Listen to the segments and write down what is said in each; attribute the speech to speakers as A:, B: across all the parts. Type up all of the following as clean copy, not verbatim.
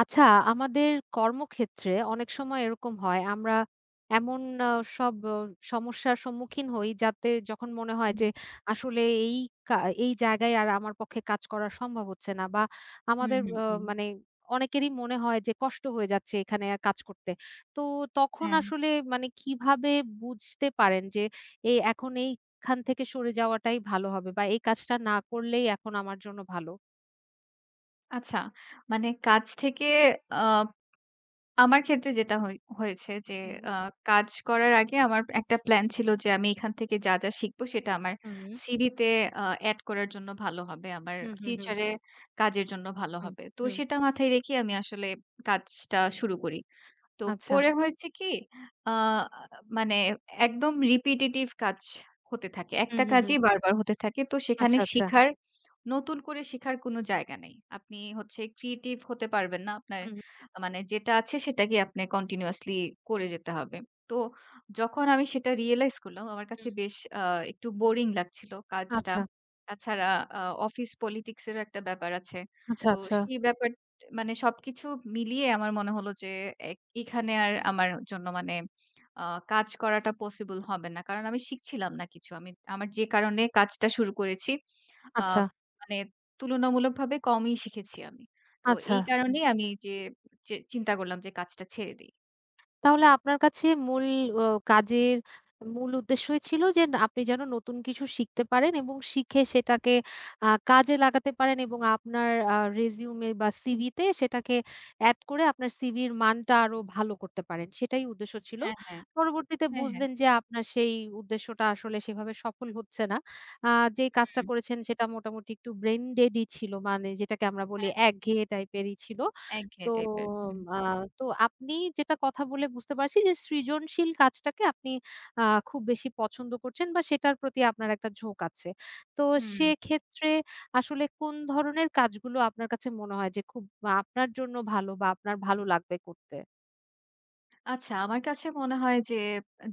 A: আচ্ছা, আমাদের কর্মক্ষেত্রে অনেক সময় এরকম হয় আমরা এমন আ সব আহ, সমস্যার সম্মুখীন হই যাতে যখন মনে হয়
B: হুম,
A: যে আসলে কা এই জায়গায় আর আমার পক্ষে কাজ করা সম্ভব হচ্ছে না বা
B: হুম,
A: আমাদের
B: হুম,
A: আ
B: হুম।
A: মানে অনেকেরই মনে হয় যে কষ্ট হয়ে যাচ্ছে এখানে আর কাজ করতে। তো তখন
B: হ্যাঁ,
A: আসলে মানে কিভাবে বুঝতে পারেন যে এখন এইখান থেকে সরে যাওয়াটাই ভালো হবে বা এই কাজটা না করলেই এখন আমার জন্য ভালো?
B: আচ্ছা, মানে কাজ থেকে আ আমার ক্ষেত্রে যেটা হয়েছে যে
A: হুম,
B: আ কাজ করার আগে আমার একটা প্ল্যান ছিল যে আমি এখান থেকে যা শিখব সেটা আমার
A: হুম,
B: সিভিতে আ এড করার জন্য ভালো হবে। আমার
A: হুম, হুম, হুম,
B: ফিউচারে কাজের জন্য ভালো
A: হুম,
B: হবে। তো
A: হুম।
B: সেটা মাথায় রেখে আমি আসলে কাজটা শুরু করি। তো
A: আচ্ছা।
B: পরে হয়েছে কি আ মানে একদম রিপিটিটিভ কাজ হতে থাকে।
A: হুম,
B: একটা
A: হুম, হুম।
B: কাজই বারবার হতে থাকে। তো সেখানে
A: আচ্ছা, আচ্ছা।
B: শিখার নতুন করে শেখার কোনো জায়গা নেই। আপনি হচ্ছে ক্রিয়েটিভ হতে পারবেন না। আপনার
A: হুম, হুম,
B: মানে যেটা আছে সেটাকে আপনি কন্টিনিউয়াসলি করে যেতে হবে। তো যখন আমি সেটা রিয়ালাইজ করলাম আমার
A: হুম।
B: কাছে বেশ একটু বোরিং লাগছিল কাজটা।
A: আচ্ছা,
B: তাছাড়া আ অফিস পলিটিক্স এরও একটা ব্যাপার আছে।
A: আচ্ছা,
B: তো
A: আচ্ছা,
B: সেই ব্যাপার মানে সবকিছু মিলিয়ে আমার মনে হলো যে এখানে আর আমার জন্য মানে আ কাজ করাটা পসিবল হবে না। কারণ আমি শিখছিলাম না কিছু। আমি আমার যে কারণে কাজটা শুরু করেছি আ
A: আচ্ছা,
B: মানে তুলনামূলকভাবে কমই শিখেছি আমি। তো
A: আচ্ছা।
B: এই কারণেই আমি যে চিন্তা করলাম যে কাজটা ছেড়ে দেই।
A: তাহলে আপনার কাছে মূল অ কাজের মূল উদ্দেশ্যই ছিল যে আপনি যেন নতুন কিছু শিখতে পারেন এবং শিখে সেটাকে কাজে লাগাতে পারেন এবং আপনার রেজিউমে বা সিভিতে সেটাকে এড করে আপনার সিভির মানটা আরো ভালো করতে পারেন। সেটাই উদ্দেশ্য ছিল।
B: হ্যাঁ, হ্যাঁ।
A: পরবর্তীতে
B: হ্যাঁ, হ্যাঁ।
A: বুঝলেন যে আপনার সেই উদ্দেশ্যটা আসলে সেভাবে সফল হচ্ছে না। আ যে কাজটা
B: হুম।
A: করেছেন সেটা মোটামুটি একটু ব্রেইন ডেডই ছিল। মানে যেটাকে আমরা বলি
B: হ্যাঁ,
A: একঘেয়ে টাইপেরই ছিল।
B: একঘেয়ে
A: তো
B: টাইপের। হুম।
A: আ তো আপনি যেটা কথা বলে বুঝতে পারছি যে সৃজনশীল কাজটাকে আপনি আ খুব বেশি পছন্দ করছেন বা সেটার প্রতি আপনার একটা ঝোঁক আছে। তো
B: হুম।
A: সেক্ষেত্রে আসলে কোন ধরনের কাজগুলো আপনার কাছে মনে হয় যে খুব আপনার জন্য ভালো বা আপনার ভালো লাগবে করতে?
B: আচ্ছা, আমার কাছে মনে হয় যে,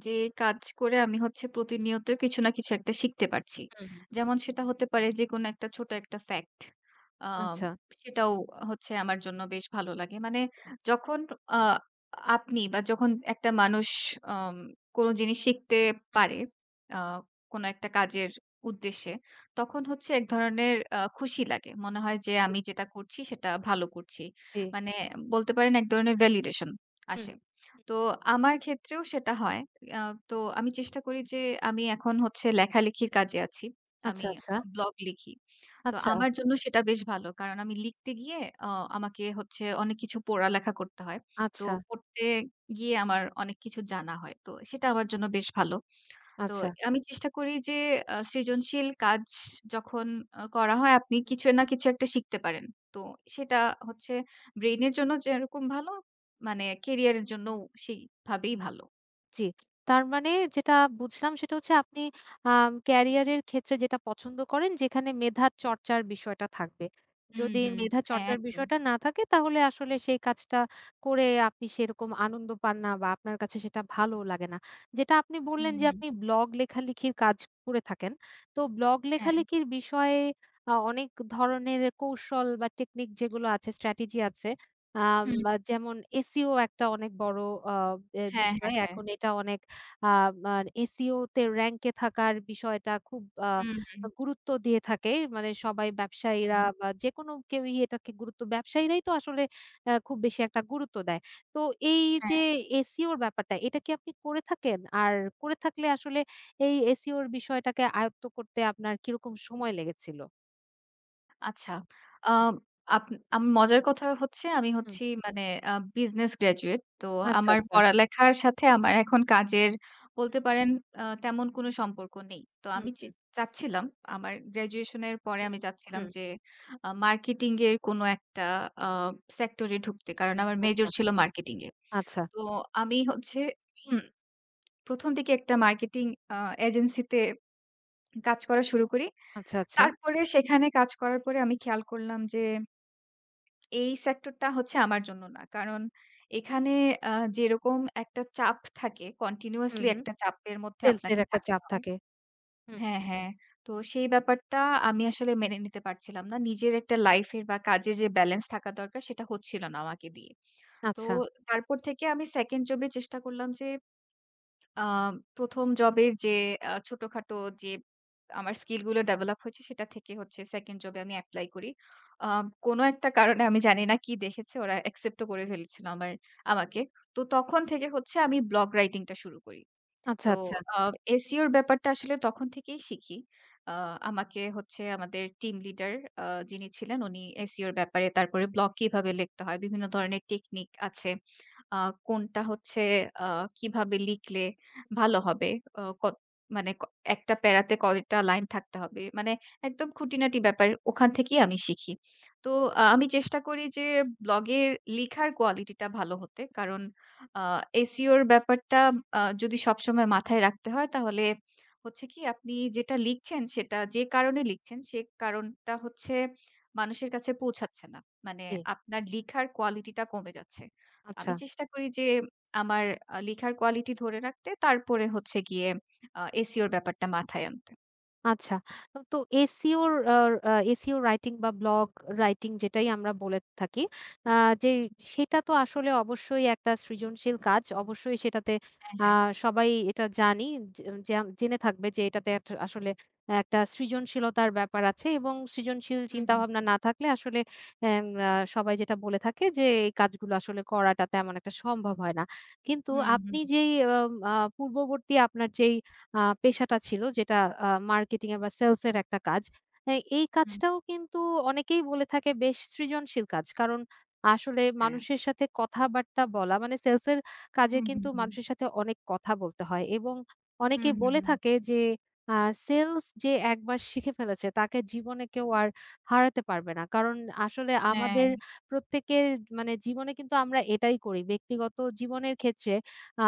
B: যে কাজ করে আমি হচ্ছে প্রতিনিয়ত কিছু না কিছু একটা শিখতে পারছি।
A: হুম, হুম,
B: যেমন সেটা হতে পারে যেকোনো একটা ছোট একটা ফ্যাক্ট। আ
A: আচ্ছা।
B: সেটাও হচ্ছে আমার জন্য বেশ ভালো লাগে। মানে যখন আ আপনি বা যখন একটা মানুষ আম কোনো জিনিস শিখতে
A: হুম। হুম।
B: পারে, আ কোনো একটা কাজের উদ্দেশ্যে, তখন হচ্ছে এক ধরনের খুশি লাগে। মনে হয় যে
A: জি,
B: আমি যেটা করছি সেটা ভালো করছি।
A: জি।
B: মানে বলতে পারেন এক ধরনের ভ্যালিডেশন
A: হুম।
B: আসে।
A: হুম।
B: তো আমার ক্ষেত্রেও সেটা হয়। আ তো আমি চেষ্টা করি যে আমি এখন হচ্ছে লেখালেখির কাজে আছি।
A: আচ্ছা,
B: আমি
A: আচ্ছা,
B: ব্লগ লিখি। তো
A: আচ্ছা,
B: আমার জন্য সেটা বেশ ভালো। কারণ আমি লিখতে গিয়ে আ আমাকে হচ্ছে অনেক কিছু পড়ালেখা করতে হয়। তো
A: আচ্ছা,
B: পড়তে গিয়ে আমার অনেক কিছু জানা হয়। তো সেটা আমার জন্য বেশ ভালো। তো
A: আচ্ছা।
B: আমি চেষ্টা করি যে সৃজনশীল কাজ যখন করা হয় আপনি কিছু না কিছু একটা শিখতে পারেন। তো সেটা হচ্ছে ব্রেইনের জন্য যেরকম ভালো মানে ক্যারিয়ারের জন্যও সেইভাবেই ভালো।
A: জি। তার মানে যেটা বুঝলাম সেটা হচ্ছে আপনি ক্যারিয়ারের ক্ষেত্রে যেটা পছন্দ করেন যেখানে মেধা চর্চার বিষয়টা থাকবে।
B: হুম,
A: যদি
B: হুম।
A: মেধা
B: হ্যাঁ,
A: চর্চার
B: একদম।
A: বিষয়টা না থাকে তাহলে আসলে সেই কাজটা করে আপনি সেরকম আনন্দ পান না বা আপনার কাছে সেটা ভালো লাগে না। যেটা আপনি
B: হুম,
A: বললেন যে
B: হুম।
A: আপনি ব্লগ লেখালেখির কাজ করে থাকেন। তো ব্লগ
B: হ্যাঁ।
A: লেখালেখির বিষয়ে অনেক ধরনের কৌশল বা টেকনিক যেগুলো আছে, স্ট্র্যাটেজি আছে
B: হুম।
A: বা যেমন এসইও একটা অনেক বড় আ এ
B: হ্যাঁ,
A: বিষয়।
B: হ্যাঁ, হ্যাঁ।
A: এখন এটা অনেক আ মা এসইও তে র‍্যাংক এ থাকার বিষয়টা খুব
B: হুম,
A: গুরুত্ব দিয়ে থাকে। মানে সবাই ব্যবসায়ীরা
B: হুম।
A: বা যেকোনো কেউই এটাকে গুরুত্ব ব্যবসায়ীরাই তো আসলে খুব বেশি একটা গুরুত্ব দেয়। তো এই যে
B: হ্যাঁ,
A: এসইও র ব্যাপারটা, এটা কি আপনি করে থাকেন? আর করে থাকলে আসলে এই এসইও র বিষয়টাকে আয়ত্ত করতে আপনার কিরকম সময় লেগেছিল?
B: আচ্ছা। আম আপ আম মজার কথা হচ্ছে আমি
A: হুম।
B: হচ্ছি মানে আ বিজনেস গ্র্যাজুয়েট। তো
A: আচ্ছা,
B: আমার
A: আচ্ছা।
B: পড়ালেখার সাথে আমার এখন কাজের
A: হুম।
B: বলতে পারেন তেমন কোনো সম্পর্ক নেই। তো
A: হুম,
B: আমি চে
A: হুম,
B: চাচ্ছিলাম আমার গ্র্যাজুয়েশন এর পরে আমি
A: হুম,
B: চাচ্ছিলাম
A: হুম।
B: যে মার্কেটিং এর কোনো একটা আ সেক্টরে ঢুকতে। কারণ আমার
A: আচ্ছা,
B: মেজর ছিল মার্কেটিং এ।
A: আচ্ছা।
B: তো আমি হচ্ছে হুম, ১ম দিকে একটা মার্কেটিং আ এজেন্সিতে কাজ করা শুরু করি।
A: আচ্ছা, আচ্ছা।
B: তারপরে সেখানে কাজ করার পরে আমি খেয়াল করলাম যে এই সেক্টরটা হচ্ছে আমার জন্য না। কারণ এখানে আ যেরকম একটা চাপ থাকে
A: হুম,
B: কন্টিনিউয়াসলি
A: হুম।
B: একটা চাপের মধ্যে
A: সেলস এর
B: আপনাকে
A: একটা
B: থাকতে
A: চাপ
B: হয়।
A: থাকে। হুম।
B: হ্যাঁ, হ্যাঁ। তো সেই ব্যাপারটা আমি আসলে মেনে নিতে পারছিলাম না। নিজের একটা লাইফের বা কাজের যে ব্যালেন্স থাকা দরকার সেটা হচ্ছিল না আমাকে দিয়ে। তো
A: আচ্ছা,
B: তারপর থেকে আমি 2nd জবে চেষ্টা করলাম যে আ ১ম জবের যে ছোটখাটো যে আমার স্কিল গুলো ডেভেলপ হয়েছে সেটা থেকে হচ্ছে 2nd জবে আমি এপ্লাই করি। আ কোন একটা কারণে আমি জানি না কি দেখেছে ওরা অ্যাকসেপ্ট ও করে ফেলেছিল আমাকে। তো তখন থেকে হচ্ছে আমি ব্লগ রাইটিং টা শুরু করি।
A: আচ্ছা,
B: তো
A: আচ্ছা।
B: আ এসইও এর ব্যাপারটা আসলে তখন থেকেই শিখি। আ আমাকে হচ্ছে আমাদের টিম লিডার আ যিনি ছিলেন উনি এসইও এর ব্যাপারে তারপরে ব্লগ কিভাবে লিখতে হয়, বিভিন্ন ধরনের টেকনিক আছে। আ কোনটা হচ্ছে আ কিভাবে লিখলে ভালো হবে। আ কত মানে একটা প্যারাতে কয়টা লাইন থাকতে হবে। মানে একদম খুঁটিনাটি ব্যাপার ওখান থেকেই আমি শিখি। তো আমি চেষ্টা করি যে ব্লগের লিখার কোয়ালিটিটা ভালো হতে। কারণ আ এসইও এর ব্যাপারটা যদি সবসময় মাথায় রাখতে হয় তাহলে হচ্ছে কি আপনি যেটা লিখছেন সেটা যে কারণে লিখছেন সে কারণটা হচ্ছে মানুষের কাছে পৌঁছাচ্ছে না। মানে
A: জি,
B: আপনার লিখার কোয়ালিটিটা কমে যাচ্ছে।
A: আচ্ছা।
B: আমি চেষ্টা করি যে আমার লেখার কোয়ালিটি ধরে রাখতে। তারপরে হচ্ছে গিয়ে এসইও র ব্যাপারটা মাথায় আনতে।
A: আচ্ছা। তো SEO র আ SEO রাইটিং বা ব্লগ রাইটিং যেটাই আমরা বলে থাকি। আ যে সেটা তো আসলে অবশ্যই একটা সৃজনশীল কাজ। অবশ্যই সেটাতে
B: হ্যাঁ,
A: আ
B: হ্যাঁ।
A: সবাই এটা জানি যে যে জেনে থাকবে যে এটাতে একটা আসলে একটা সৃজনশীলতার ব্যাপার আছে এবং সৃজনশীল
B: হুম, হুম।
A: চিন্তাভাবনা না থাকলে আসলে এম আ সবাই যেটা বলে থাকে যে এই কাজগুলো আসলে করাটা তেমন একটা সম্ভব হয় না। কিন্তু
B: হুম,
A: আপনি
B: হুম,
A: যেই আম আ পূর্ববর্তী আপনার যেই পেশাটা ছিল যেটা মার্কেটিং এর বা সেলস এর একটা কাজ। এই
B: হুম।
A: কাজটাও কিন্তু অনেকেই বলে থাকে বেশ সৃজনশীল কাজ। কারণ আসলে
B: হ্যাঁ।
A: মানুষের সাথে কথাবার্তা বলা মানে সেলস এর কাজে
B: হুম, হুম,
A: কিন্তু
B: হুম।
A: মানুষের সাথে অনেক কথা বলতে হয় এবং
B: হুম,
A: অনেকেই
B: হুম,
A: বলে
B: হুম।
A: থাকে যে আ সেলস যে একবার শিখে ফেলেছে তাকে জীবনে কেউ আর হারাতে পারবে না। কারণ আসলে
B: হ্যাঁ,
A: আমাদের প্রত্যেকের মানে জীবনে কিন্তু আমরা এটাই করি। ব্যক্তিগত জীবনের ক্ষেত্রে আ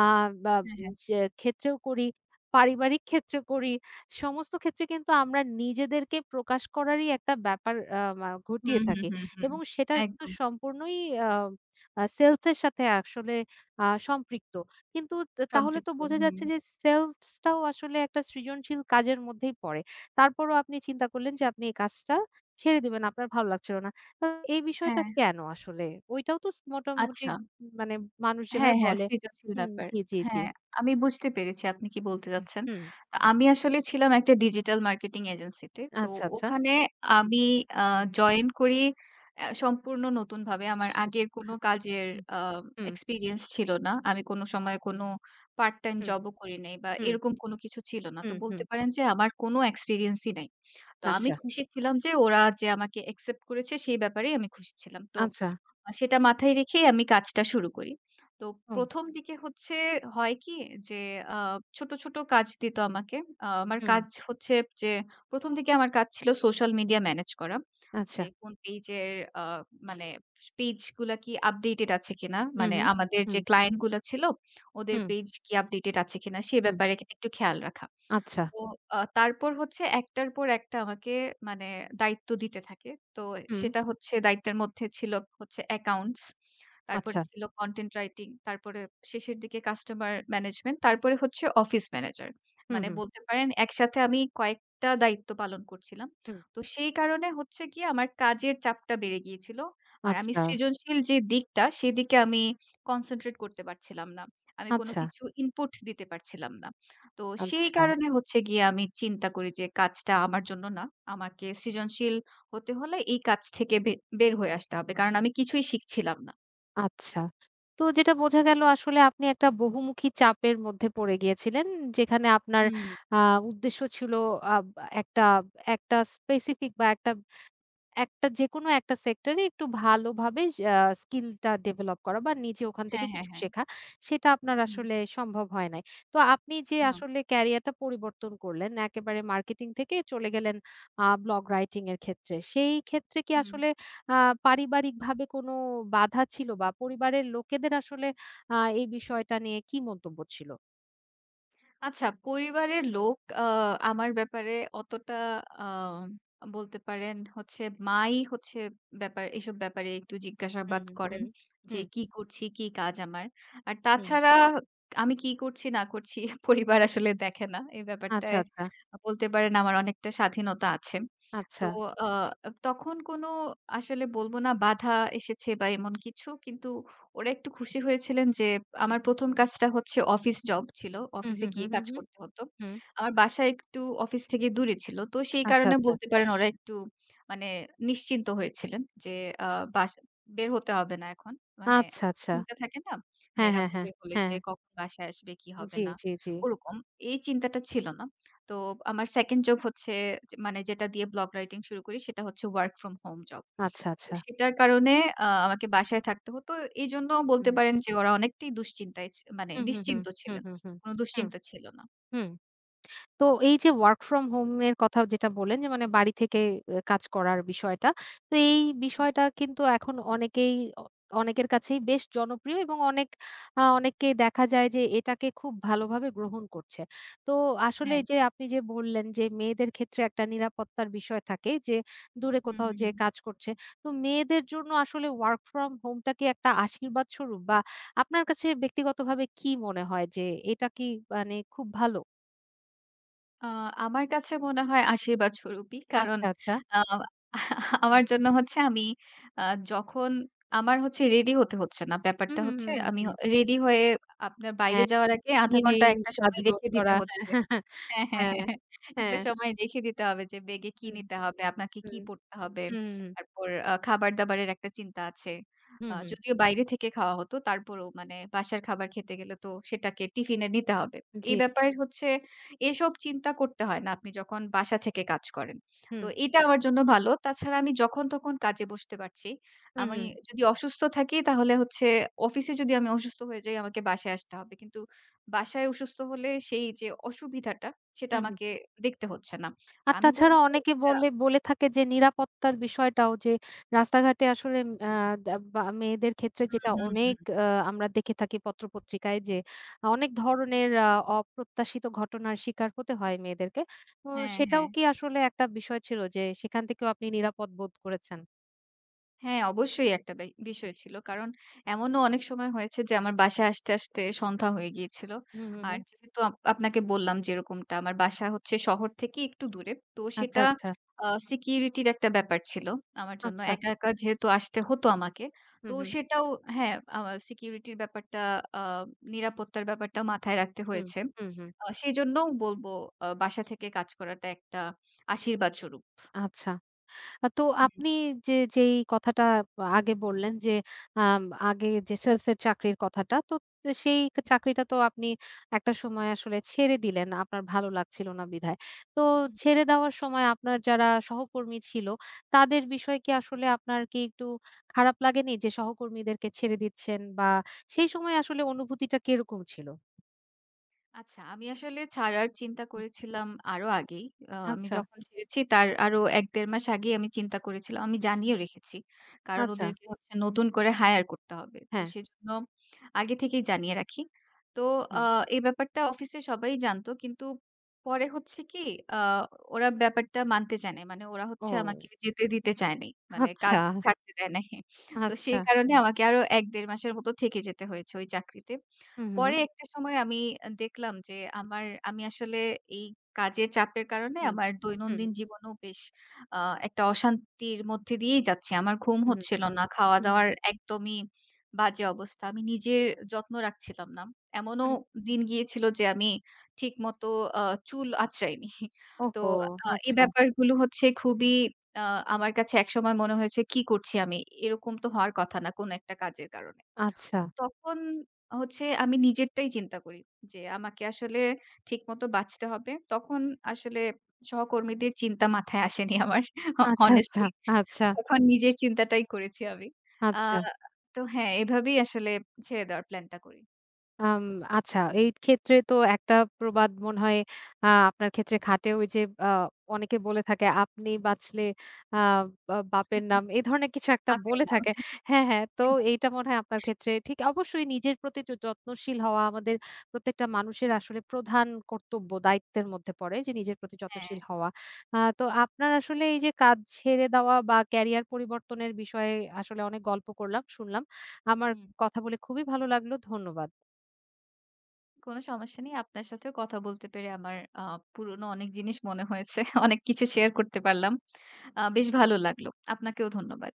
A: বা
B: হ্যাঁ, হ্যাঁ।
A: যে ক্ষেত্রেও করি পারিবারিক ক্ষেত্রে করি, সমস্ত ক্ষেত্রে কিন্তু আমরা নিজেদেরকে প্রকাশ করারই একটা ব্যাপার আ মা ঘটিয়ে
B: হুম, হুম,
A: থাকি
B: হুম, হুম।
A: এবং সেটা কিন্তু
B: একদম।
A: সম্পূর্ণই আ আ সেলস এর সাথে আসলে সম্পৃক্ত। কিন্তু তাহলে তো
B: সম্পৃক্ত।
A: বোঝা
B: হুম।
A: যাচ্ছে যে সেলস টাও আসলে একটা সৃজনশীল কাজের মধ্যেই পড়ে। তারপরও আপনি চিন্তা করলেন যে আপনি এই কাজটা ছেড়ে দিবেন, আপনার ভালো লাগছিল না। তো এই বিষয়টা
B: হ্যাঁ,
A: কেন আসলে? ওইটাও তো মোটামুটি
B: আচ্ছা।
A: মানে মানুষ যেভাবে
B: হ্যাঁ, হ্যাঁ,
A: বলে
B: সৃজনশীল ব্যাপার।
A: জি, জি, জি।
B: হ্যাঁ, আমি বুঝতে পেরেছি আপনি কি বলতে চাচ্ছেন।
A: হুম,
B: আমি আসলে ছিলাম একটা ডিজিটাল মার্কেটিং এজেন্সিতে। তো
A: আচ্ছা, আচ্ছা।
B: ওখানে
A: হুম,
B: আমি আ
A: হুম,
B: জয়েন করি সম্পূর্ণ নতুনভাবে। আমার
A: হুম।
B: আগের কোনো
A: হা
B: কাজের
A: হুম,
B: আ
A: হুম,
B: এক্সপেরিয়েন্স ছিল না। আমি কোনো সময় কোনো পার্ট টাইম
A: হুম,
B: জবও করি নাই বা
A: হুম,
B: এরকম কোনো কিছু ছিল না। তো
A: হুম, হুম।
B: বলতে পারেন যে আমার কোনো এক্সপেরিয়েন্সই নাই। তো আমি
A: আচ্ছা,
B: খুশি ছিলাম যে ওরা যে আমাকে অ্যাকসেপ্ট করেছে সেই ব্যাপারেই আমি খুশি ছিলাম। তো
A: আচ্ছা।
B: সেটা মাথায় রেখেই আমি কাজটা শুরু করি। তো
A: ও
B: ১ম দিকে হচ্ছে হয় কি যে আ ছোট, ছোট কাজ দিত আমাকে। আ আমার
A: হুম,
B: কাজ হচ্ছে যে ১ম দিকে আমার কাজ ছিল সোশ্যাল মিডিয়া ম্যানেজ করা।
A: আচ্ছা।
B: যে কোন পেজের আ মানে পেজ গুলা কি আপডেটেড আছে কিনা?
A: হুম,
B: মানে
A: হুম,
B: আমাদের
A: হুম,
B: যে ক্লায়েন্ট গুলা ছিল ওদের
A: হুম,
B: পেজ কি আপডেটেড আছে কিনা সে
A: হুম,
B: ব্যাপারে একটু খেয়াল রাখা।
A: আচ্ছা,
B: তো তারপর হচ্ছে একটার পর একটা আমাকে মানে দায়িত্ব দিতে থাকে। তো
A: হুম,
B: সেটা হচ্ছে দায়িত্বের মধ্যে ছিল হচ্ছে অ্যাকাউন্টস। তারপরে
A: আচ্ছা,
B: ছিল কনটেন্ট রাইটিং, তারপরে শেষের দিকে কাস্টমার ম্যানেজমেন্ট, তারপরে হচ্ছে অফিস ম্যানেজার।
A: হুম,
B: মানে
A: হুম,
B: বলতে পারেন একসাথে আমি কয়েকটা দায়িত্ব পালন করছিলাম।
A: হুম,
B: তো সেই কারণে হচ্ছে গিয়ে আমার কাজের চাপটা বেড়ে গিয়েছিল। আর আমি
A: আচ্ছা,
B: সৃজনশীল যে দিকটা সেদিকে আমি কনসেনট্রেট করতে পারছিলাম না। আমি কোনো
A: আচ্ছা,
B: কিছু ইনপুট দিতে পারছিলাম না। তো সেই
A: আচ্ছা,
B: কারণে হচ্ছে গিয়ে আমি চিন্তা করি যে কাজটা আমার জন্য না। আমাকে সৃজনশীল হতে হলে এই কাজ থেকে বের হয়ে আসতে হবে। কারণ আমি কিছুই শিখছিলাম না।
A: আচ্ছা। তো যেটা বোঝা গেল আসলে আপনি একটা বহুমুখী চাপের মধ্যে পড়ে গিয়েছিলেন। যেখানে আপনার
B: হুম।
A: আ উদ্দেশ্য ছিল আব একটা একটা স্পেসিফিক বা একটা একটা যেকোনো একটা সেক্টরে একটু ভালোভাবে আ স্কিলটা ডেভেলপ করা বা নিজে ওখান থেকে
B: হ্যাঁ, হ্যাঁ,
A: কিছু
B: হ্যাঁ।
A: শেখা, সেটা আপনার
B: হুম,
A: আসলে সম্ভব হয় নাই। তো আপনি যে
B: না।
A: আসলে ক্যারিয়ারটা পরিবর্তন করলেন, একেবারে মার্কেটিং থেকে চলে গেলেন ব্লগ রাইটিং এর ক্ষেত্রে। সেই ক্ষেত্রে কি
B: হুম।
A: আসলে আ পারিবারিকভাবে কোনো বাধা ছিল বা পরিবারের লোকেদের আসলে এই বিষয়টা নিয়ে কি মন্তব্য ছিল?
B: আচ্ছা, পরিবারের লোক আমার ব্যাপারে অতটা আ বলতে পারেন হচ্ছে মাই হচ্ছে ব্যাপার এসব ব্যাপারে একটু
A: হুম,
B: জিজ্ঞাসাবাদ
A: হুম,
B: করেন
A: হুম,
B: যে
A: হুম,
B: কি করছি, কি কাজ আমার। আর
A: হুম।
B: তাছাড়া আমি কি করছি না করছি পরিবার আসলে দেখে না। এই
A: আচ্ছা,
B: ব্যাপারটায়
A: আচ্ছা,
B: বলতে পারেন আমার অনেকটা স্বাধীনতা আছে। তো
A: আচ্ছা।
B: আ তখন কোনো আসলে বলব না বাধা এসেছে বা এমন কিছু। কিন্তু ওরা একটু খুশি হয়েছিলেন যে আমার ১ম কাজটা হচ্ছে অফিস জব ছিল।
A: হুম,
B: অফিসে
A: হুম,
B: গিয়ে
A: হুম, হুম,
B: কাজ
A: হুম,
B: করতে হতো।
A: হুম।
B: আমার বাসা একটু অফিস থেকে দূরে ছিল। তো সেই
A: আচ্ছা,
B: কারণে
A: আচ্ছা,
B: বলতে পারেন ওরা একটু মানে নিশ্চিন্ত হয়েছিলেন যে আ বাস বের হতে হবে না এখন। মানে
A: আচ্ছা,
B: একটা
A: আচ্ছা।
B: চিন্তা থাকে না?
A: হ্যাঁ,
B: মেয়েরা
A: হ্যাঁ, হ্যাঁ,
B: বের হলে
A: হ্যাঁ।
B: যে কখন বাসায় আসবে, কি হবে
A: জি,
B: না?
A: জি, জি।
B: ওরকম। এই চিন্তাটা ছিল না। তো আমার 2nd জব হচ্ছে যে মানে যেটা দিয়ে ব্লগ রাইটিং শুরু করি সেটা হচ্ছে ওয়ার্ক ফ্রম হোম জব।
A: আচ্ছা,
B: তো
A: আচ্ছা।
B: সেটার কারণে আমাকে বাসায় থাকতে হতো। এজন্য বলতে
A: হুম।
B: পারেন যে ওরা অনেকটাই দুশ্চিন্তায় ছি মানে
A: হুম, হুম, হুম।
B: নিশ্চিন্ত
A: হুম,
B: ছিলেন।
A: হুম, হুম।
B: কোন
A: হুম,
B: দুশ্চিন্তা ছিল না।
A: হুম। তো এই যে ওয়ার্ক ফ্রম হোম এর কথা যেটা বললেন যে মানে বাড়ি থেকে কাজ করার বিষয়টা। তো এই বিষয়টা কিন্তু এখন অনেকেই অ অনেকের কাছেই বেশ জনপ্রিয় এবং অনেক অনেককেই দেখা যায় যে এটাকে খুব ভালোভাবে গ্রহণ করছে। তো আসলে
B: হ্যাঁ।
A: এই যে আপনি যে বললেন যে মেয়েদের ক্ষেত্রে একটা নিরাপত্তার বিষয় থাকে যে দূরে
B: হুম,
A: কোথাও
B: হুম,
A: যেয়ে
B: হুম।
A: কাজ করছে। তো মেয়েদের জন্য আসলে ওয়ার্ক ফ্রম হোমটা কি একটা আশীর্বাদ স্বরূপ বা আপনার কাছে ব্যক্তিগতভাবে কি মনে হয় যে এটা কি মানে খুব ভালো?
B: আ আমার কাছে মনে হয় আশীর্বাদ স্বরূপই। কারণ
A: আচ্ছা, আচ্ছা।
B: আ
A: হুম,
B: আমার জন্য হচ্ছে আমি আ যখন আমার হচ্ছে রেডি হতে হচ্ছে না।
A: হুম,
B: ব্যাপারটা
A: হুম, হুম,
B: হচ্ছে
A: হুম,
B: আমি
A: হুম।
B: রেডি হয়ে আপনার বাইরে
A: হ্যাঁ,
B: যাওয়ার আগে ০.৫
A: প্রতিদিন এই
B: ঘন্টা ১ টা সময়
A: সাজগোজ
B: রেখে দিতে
A: করা।
B: হচ্ছে। হ্যাঁ, হ্যাঁ,
A: হ্যাঁ, হ্যাঁ,
B: হ্যাঁ, হ্যাঁ। একটা
A: হ্যাঁ,
B: সময় রেখে দিতে হবে যে ব্যাগে কি
A: হুম,
B: নিতে হবে, আপনাকে কি
A: হুম,
B: পড়তে হবে।
A: হুম, হুম,
B: তারপর খাবার-দাবারের একটা চিন্তা আছে।
A: হুম, হুম,
B: যদিও বাইরে থেকে খাওয়া হতো তারপরও মানে বাসার খাবার খেতে গেলে তো সেটাকে টিফিনে নিতে হবে।
A: জি,
B: এই ব্যাপার হচ্ছে এসব চিন্তা করতে হয় না আপনি যখন বাসা থেকে কাজ করেন।
A: হুম,
B: তো এটা আমার জন্য ভালো। তাছাড়া আমি যখন তখন কাজে বসতে পারছি।
A: হুম,
B: আমি
A: হুম,
B: যদি অসুস্থ থাকি তাহলে হচ্ছে অফিসে যদি আমি অসুস্থ হয়ে যাই আমাকে বাসায় আসতে হবে। কিন্তু বাসায় অসুস্থ হলে সেই যে অসুবিধাটা, সেটা
A: হুম, হুম।
B: আমাকে দেখতে হচ্ছে না। তো
A: আর
B: আমি
A: তাছাড়া
B: বলব
A: অনেকে
B: এটা
A: বলে বলে থাকে যে নিরাপত্তার বিষয়টাও যে রাস্তাঘাটে আসলে আ দা বা মেয়েদের ক্ষেত্রে
B: হুম,
A: যেটা
B: হুম,
A: অনেক
B: হুম।
A: আ আমরা দেখে থাকি পত্র-পত্রিকায় যে অনেক ধরনের অপ্রত্যাশিত ঘটনার শিকার হতে হয় মেয়েদেরকে। তো
B: হ্যাঁ,
A: সেটাও
B: হ্যাঁ।
A: কি আসলে একটা বিষয় ছিল যে সেখান থেকেও আপনি নিরাপদ বোধ করেছেন?
B: হ্যাঁ, অবশ্যই একটা
A: হুম,
B: বিষয় ছিল। কারণ এমনও অনেক সময় হয়েছে যে আমার বাসায় আসতে সন্ধ্যা হয়ে গিয়েছিল।
A: হুম, হুম,
B: আর
A: হুম।
B: যেহেতু আপনাকে বললাম যেরকমটা আমার বাসা হচ্ছে শহর থেকে একটু দূরে। তো
A: আচ্ছা,
B: সেটা
A: আচ্ছা,
B: সিকিউরিটির একটা ব্যাপার ছিল আমার জন্য।
A: আচ্ছা।
B: একা যেহেতু আসতে হতো আমাকে। তো
A: হুম, হুম,
B: সেটাও হ্যাঁ, আ সিকিউরিটির ব্যাপারটা আ নিরাপত্তার ব্যাপারটা মাথায় রাখতে
A: হুম,
B: হয়েছে।
A: হুম, হুম।
B: সেজন্যও বলব বাসা থেকে কাজ করাটা একটা আশীর্বাদ স্বরূপ।
A: আচ্ছা। তো
B: হুম।
A: আপনি যেই কথাটা আগে বললেন যে, আম আগে যে সেলসের চাকরির কথাটা, তো সেই চাকরিটা তো আপনি একটা সময় আসলে ছেড়ে দিলেন। আপনার ভালো লাগছিল না বিধায়। তো ছেড়ে দেওয়ার সময় আপনার যারা সহকর্মী ছিল, তাদের বিষয় কি আসলে আপনার কি একটু খারাপ লাগেনি যে সহকর্মীদেরকে ছেড়ে দিচ্ছেন বা সেই সময় আসলে অনুভূতিটা কিরকম ছিল?
B: আচ্ছা, আমি আসলে ছাড়ার চিন্তা
A: হুম।
B: করেছিলাম আরো আগেই। আমি
A: আচ্ছা,
B: যখন ছেড়েছি তার আরো ১-১.৫ মাস আগেই আমি চিন্তা করেছিলাম। আমি জানিয়ে রেখেছি। কারণ
A: আচ্ছা।
B: ওদেরকে হচ্ছে নতুন করে হায়ার করতে হবে। তো
A: হ্যাঁ।
B: সেজন্য আগে থেকেই জানিয়ে রাখি। তো আ
A: হুম।
B: এই ব্যাপারটা অফিসে সবাই জানতো। কিন্তু পরে হচ্ছে কি আ ওরা ব্যাপারটা মানতে চায় নাই। মানে ওরা হচ্ছে আমাকে
A: ও।
B: যেতে দিতে চায় নাই। মানে কাজ
A: আচ্ছা,
B: ছাড়তে দেয় নাই। তো
A: আচ্ছা।
B: সেই কারণে আমাকে আরো ১-১.৫ মাসের মতো থেকে যেতে হয়েছে ওই চাকরিতে।
A: হু, হু, হু।
B: পরে একটা সময় আমি দেখলাম যে আমার আমি আসলে এই কাজের চাপের কারণে
A: হুম।
B: আমার
A: হুম,
B: দৈনন্দিন জীবনেও বেশ আ একটা অশান্তির মধ্যে দিয়েই যাচ্ছি। আমার ঘুম
A: হুম, হুম,
B: হচ্ছিল না।
A: হুম,
B: খাওয়া-দাওয়ার একদমই বাজে অবস্থা। আমি নিজের যত্ন রাখছিলাম না। এমনও
A: হুম।
B: দিন গিয়েছিল যে আমি ঠিকমতো আ চুল আঁচড়াইনি। তো
A: ওহো!
B: এই
A: আচ্ছা,
B: ব্যাপারগুলো হচ্ছে খুবই আ আমার কাছে একসময় মনে হয়েছে, "কি করছি আমি? এরকম তো হওয়ার কথা না কোনো একটা কাজের কারণে।"
A: আচ্ছা,
B: তখন হচ্ছে আমি নিজেরটাই চিন্তা করি। যে আমাকে আসলে ঠিকমতো বাঁচতে হবে। তখন আসলে সহকর্মীদের চিন্তা মাথায় আসেনি আমার
A: আচ্ছা, আচ্ছা,
B: honestly।
A: আচ্ছা,
B: তখন নিজের চিন্তাটাই করেছি আমি। আ
A: আচ্ছা।
B: তো হ্যাঁ, এভাবেই আসলে ছেড়ে দেওয়ার প্ল্যানটা করি।
A: আম আচ্ছা, এই ক্ষেত্রে তো একটা প্রবাদ মনে হয় আপনার ক্ষেত্রে খাটে। ওই যে আ অনেকে বলে থাকে, "আপনি বাঁচলে আ বা বাপের নাম।" এই ধরনের কিছু একটা
B: চাপের
A: বলে
B: নাম।
A: থাকে। হ্যাঁ, হ্যাঁ। তো এইটা মনে হয় আপনার ক্ষেত্রে ঠিক অবশ্যই নিজের প্রতি যত্নশীল হওয়া আমাদের প্রত্যেকটা মানুষের আসলে প্রধান কর্তব্য, দায়িত্বের মধ্যে পড়ে যে নিজের প্রতি
B: হ্যাঁ,
A: যত্নশীল হওয়া। তো আপনার আসলে এই যে কাজ ছেড়ে দেওয়া বা ক্যারিয়ার পরিবর্তনের বিষয়ে আসলে অনেক গল্প করলাম, শুনলাম। আমার
B: হুম।
A: কথা বলে খুবই ভালো লাগলো। ধন্যবাদ।
B: কোনো সমস্যা নেই। আপনার সাথেও কথা বলতে পেরে আমার পুরনো অনেক জিনিস মনে হয়েছে। অনেক কিছু শেয়ার করতে পারলাম। বেশ ভালো লাগলো। আপনাকেও ধন্যবাদ।